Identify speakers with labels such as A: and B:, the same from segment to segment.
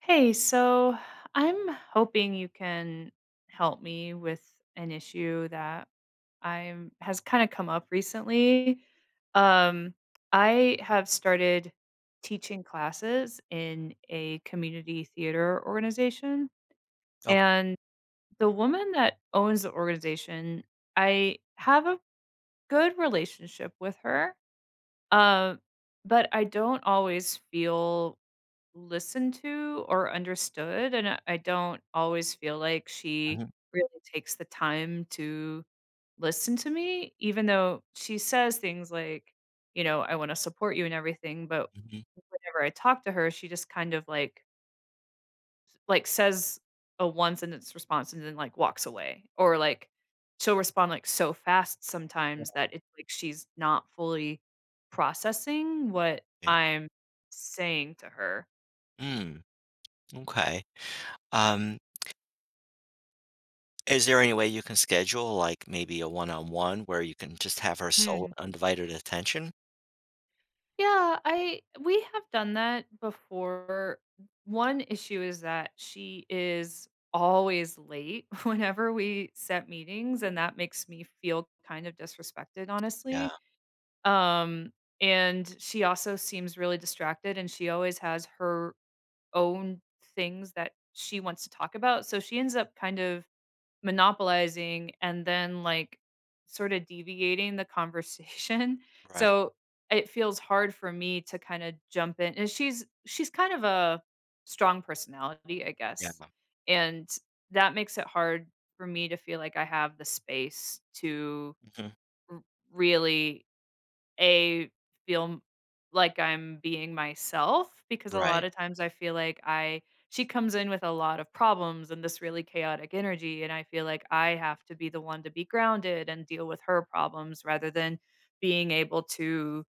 A: Hey, so I'm hoping you can help me with an issue that I'm has kind of come up recently. Um, I have started teaching classes in a community theater organization,
B: Okay.
A: and the woman that owns the organization, I have a good relationship with her, uh, but I don't always feel listened to or understood, and I don't always feel like she
B: Mhm,
A: really takes the time to listen to me, even though she says things like, you know, I want to support you and everything. But
B: mhm.
A: whenever I talk to her, she just kind of like says a one sentence response and then like walks away. Or like she'll respond like so fast
B: Yeah.
A: sometimes that it's like she's not fully processing what
B: Eh
A: I'm saying to her.
B: Mm, okay. Um, is there any way you can schedule, like, maybe a one-on-one where you can just have her sole
A: Hmm.
B: and undivided attention?
A: Yeah, I we have done that before. One issue is that she is always late whenever we set meetings, and that makes me feel kind of disrespected,
B: Yeah.
A: honestly. Um, and she also seems really distracted, and she always has her own things that she wants to talk about. So she ends up kind of monopolizing and then, like, sort of deviating the conversation.
B: Right.
A: So, it feels hard for me to kinda jump in, and she's kind of a strong personality, I
B: Yeah.
A: guess, and that makes it hard for me to feel like I have the space to
B: Mhm.
A: r really a feel like I'm being myself, because a lot
B: Right.
A: of times I feel like I she comes in with a lot of problems and this really chaotic energy, and I feel like I have to be the one to be grounded and deal with her problems rather than being able to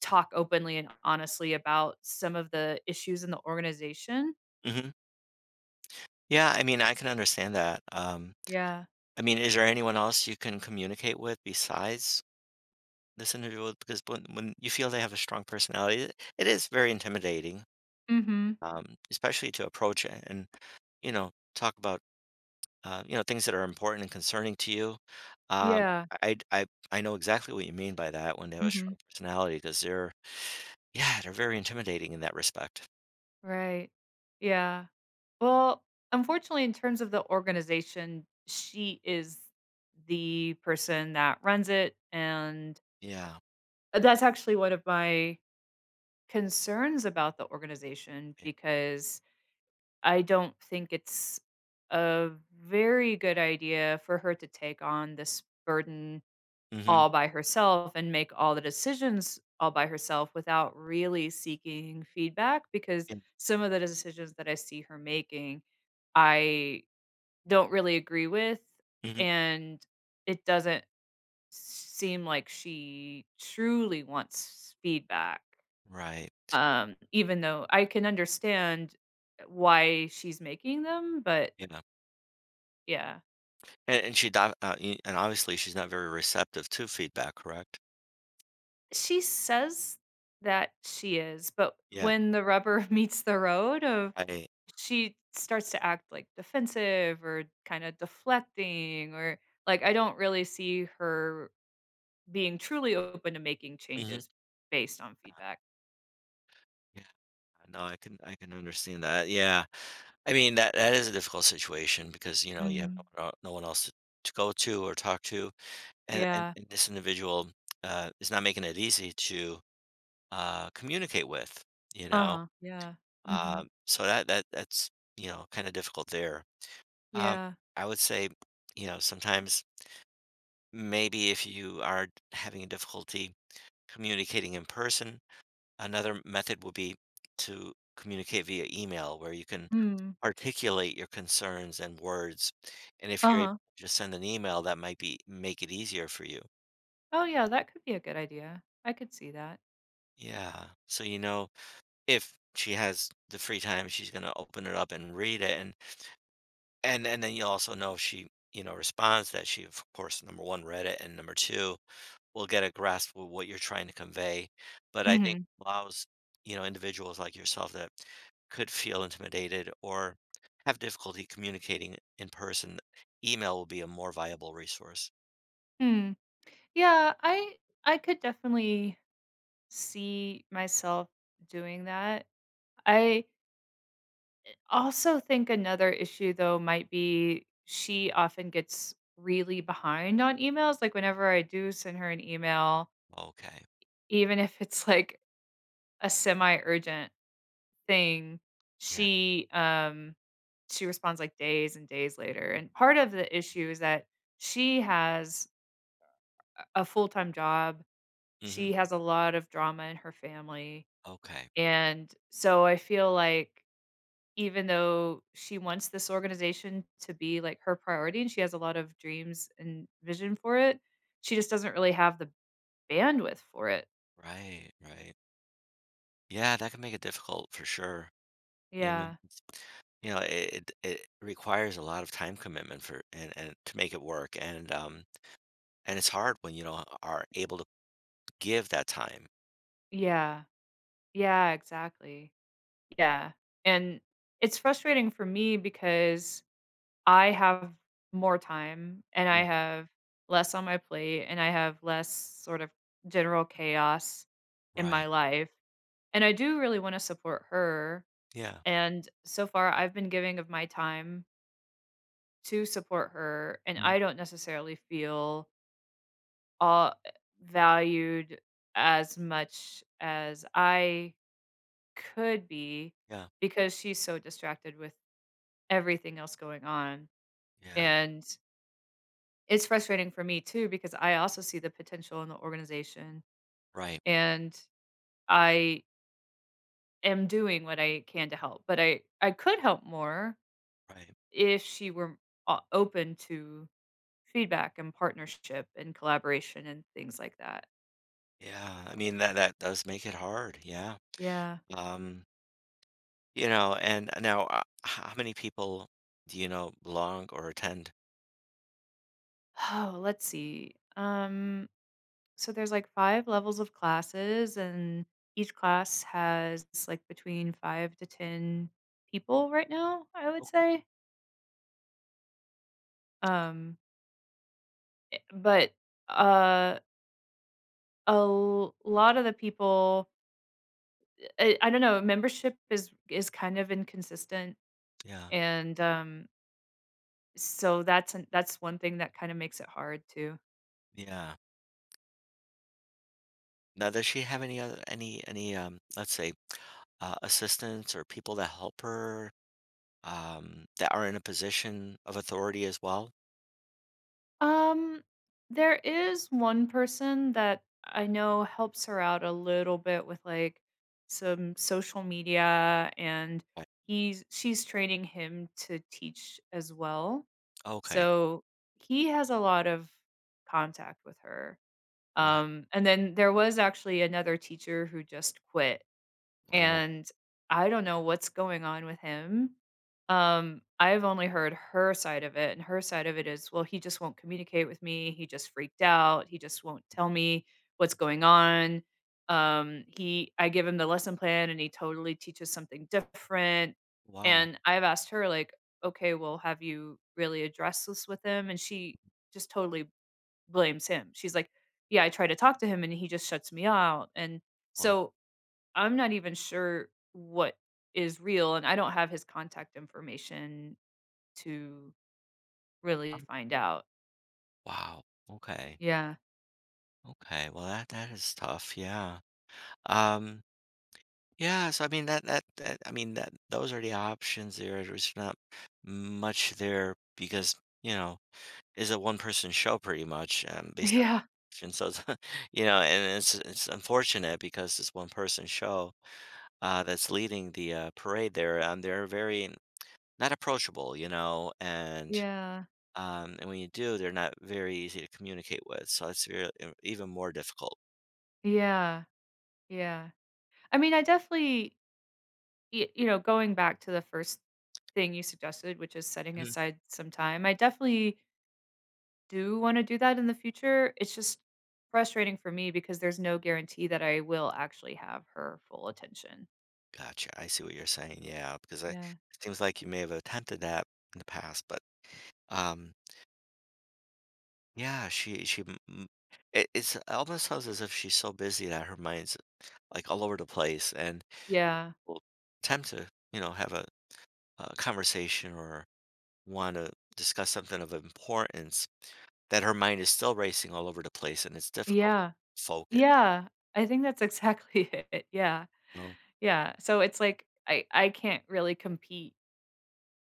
A: talk openly and honestly about some of the issues in the organization.
B: Mhm. Yeah, I mean, I can understand that,
A: Yeah.
B: I mean, is there anyone else you can communicate with besides this individual? Because when you feel they have a strong personality, it is very intimidating,
A: Mhm.
B: especially to approach it and talk about things that are important and concerning to you. Um,
A: Yeah.
B: I know exactly what you mean by that when they have a
A: Mhm.
B: strong personality because they're, yeah, they're very intimidating in that respect.
A: Right. Yeah. Well, unfortunately, in terms of the organization, she is the person that runs it. And
B: Yeah.
A: that's actually one of my concerns about the organization,
B: eh,
A: because I don't think it's a very good idea for her to take on this burden
B: Mm-hmm.
A: all by herself and make all the decisions all by herself without really seeking feedback, because
B: Yeah.
A: some of the decisions that I see her making I don't really agree with,
B: Hmm.
A: and it doesn't seem like she truly wants feedback,
B: Right.
A: even though I can understand why she's making them, but
B: Yeah.
A: yeah.
B: And, and she, do- uh, and obviously she's not very receptive to feedback, correct?
A: She says that she is, but
B: Yeah.
A: when the rubber meets the road of
B: I,
A: she starts to act, like, defensive or kinda deflecting, or like, I don't really see her being truly open to making
B: mhm.
A: changes based on feedback.
B: Yeah. No, I can understand that. Yeah. I mean, that is a difficult situation because, you have
A: Mhm.
B: no one else to, go to or talk to. And and
A: Yeah.
B: and this individual, is not making it easy to, communicate with, you know?
A: Uh-huh. Yeah. Mhm.
B: So that's kinda difficult there. Um,
A: Yeah.
B: I would say, sometimes maybe if you are having a difficulty communicating in person, another method would be to communicate via email where you can
A: Hmm.
B: articulate your concerns and words, and if you're able
A: Uh-huh.
B: to just send an email, that might be make it easier for you.
A: Oh, yeah, that could be a good idea. I could see that.
B: Yeah. So, if she has the free time, she's gonna open it up and read it, and then you'll also know if she, responds that she, of course, number one, read it, and number two, will get a grasp of what you're trying to convey. But I think
A: Mhm.
B: allows, individuals like yourself that could feel intimidated or have difficulty communicating in person, email will be a more viable resource.
A: Hmm. Yeah, I could definitely see myself doing that. I also think another issue, though, might be she often gets really behind on emails, like, whenever I do send her an email,
B: Okay.
A: even if it's, like, a semi-urgent thing,
B: Yeah.
A: she, um she responds, like, days and days later, and part of the issue is that she has a full-time job, she
B: Hmm.
A: has a lot of drama in her family,
B: Okay.
A: and so I feel like even though she wants this organization to be, like, her priority and she has a lot of dreams and vision for it, she just doesn't really have the bandwidth for it.
B: Right. Right. Yeah, that can make it difficult for sure. You know.
A: Yeah.
B: It requires a lot of time commitment for and to make it work, and it's hard when are able to give that time.
A: Yeah. Yeah, exactly. Yeah, and it's frustrating for me because I have more time, and I have less on my plate, and I have less sort of general chaos in
B: Right.
A: my life, and I do really wanna support her,
B: Yeah.
A: and so far, I've been giving of my time to support her, and
B: Right.
A: I don't necessarily feel all valued as much as I could be
B: Yeah.
A: because she's so distracted with everything else going on.
B: Yeah.
A: And it's frustrating for me too because I also see the potential in the organization,
B: Right.
A: and I am doing what I can to help, but I could help more
B: Right.
A: if she were open to feedback and partnership and collaboration and things like that.
B: Yeah. I mean, that that does make it hard. Yeah.
A: Yeah.
B: Um, and now, how many people do you know belong or attend?
A: Oh, let's see. So there's like 5 levels of classes, and each class has like between 5 to 10 people right now, I would
B: Oh.
A: say. Um, but, uh, a l lot of the people, I don't know, membership is kind of inconsistent,
B: Yeah.
A: and, so that's an that's one thing that kinda makes it hard too.
B: Yeah. Now, does she have any other any, let's say, assistants or people that help her? That are in a position of authority as well?
A: Um, there is one person that I know helps her out a little bit with like some social media, and
B: Like,
A: he's she's training him to teach as well.
B: okay.
A: So he has a lot of contact with her.
B: Right.
A: And then there was actually another teacher who just quit,
B: Uh,
A: and I don't know what's going on with him. I've only heard her side of it, and her side of it is, "Well, he just won't communicate with me. He just freaked out. He just won't tell me what's going on. He I give him the lesson plan, and he totally teaches something different."
B: wow.
A: And I've asked her like, "Okay, well, have you really addressed this with him?" And she just totally blames him. She's like, "Yeah, I try to talk to him and he just shuts me out." And
B: Oh,
A: so I'm not even sure what is real, and I don't have his contact information to really
B: oh,
A: find out.
B: wow. Okay.
A: Yeah.
B: Okay. Well, that is tough. Yeah. Um, yeah. So I mean that those are the options there. There's not much there because you know is a one person show pretty much based on and so it's, and it's unfortunate because this one person show that's leading the parade there and they're very not approachable, and
A: Yeah. Yeah.
B: um, and when you do, they're not very easy to communicate with. So it's very, even more difficult.
A: Yeah. Yeah. I mean, I definitely, going back to the first thing you suggested, which is setting
B: Mhm.
A: aside some time, I definitely do wanna do that in the future. It's just frustrating for me because there's no guarantee that I will actually have her full attention.
B: Gotcha. I see what you're saying. Yeah, because it
A: Yeah.
B: seems like you may have attempted that in the past, but um, yeah, she m- m- it, it's almost sounds as if she's so busy that her mind's like all over the place and
A: Yeah.
B: will attempt to have a conversation or want to discuss something of importance. That her mind is still racing all over the place, and it's difficult
A: Yeah.
B: to focus,
A: Yeah, I think that's exactly it, yeah,
B: you know?
A: yeah, so it's like I can't really compete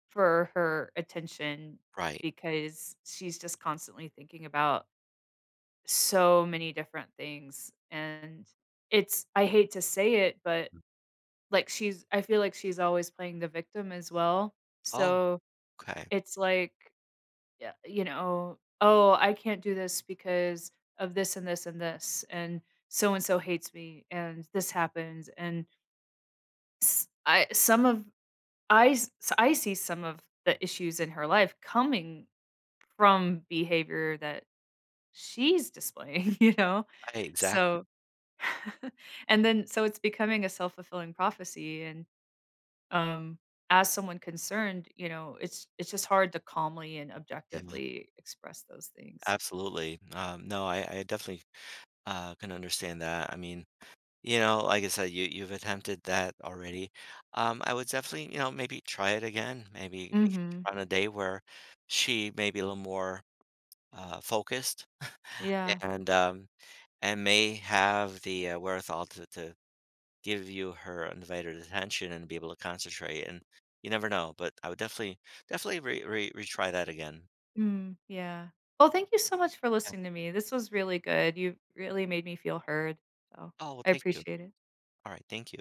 A: for her attention
B: Right.
A: because she's just constantly thinking about so many different things, and it's I hate to say it, but, like, she's I feel like she's always playing the victim as well,
B: Oh,
A: so
B: okay.
A: it's like, yeah, you know, "Oh, I can't do this because of this and this and this, and so hates me, and this happens, and" S I some of I s I see some of the issues in her life coming from behavior that she's displaying, you know?
B: Right, exactly.
A: So and then so it's becoming a self-fulfilling prophecy, and, um, as someone concerned, it's just hard to calmly and
B: Yeah,
A: objectively express those things.
B: absolutely. No, I definitely, can understand that. I mean, like I said, you've attempted that already. I would definitely, maybe try it again, maybe
A: Mhm.
B: on a day where she may be a little more, focused
A: Yeah.
B: and, um, and may have the, wherewithal to give you her undivided attention and be able to concentrate. And you never know, but I would definitely, definitely retry that again.
A: Mm, yeah. Well, thank you so much for
B: Yeah.
A: listening to me. This was really good. You really made me feel heard, so
B: Oh, well,
A: I
B: thank you.
A: appreciate it.
B: All right. Thank you.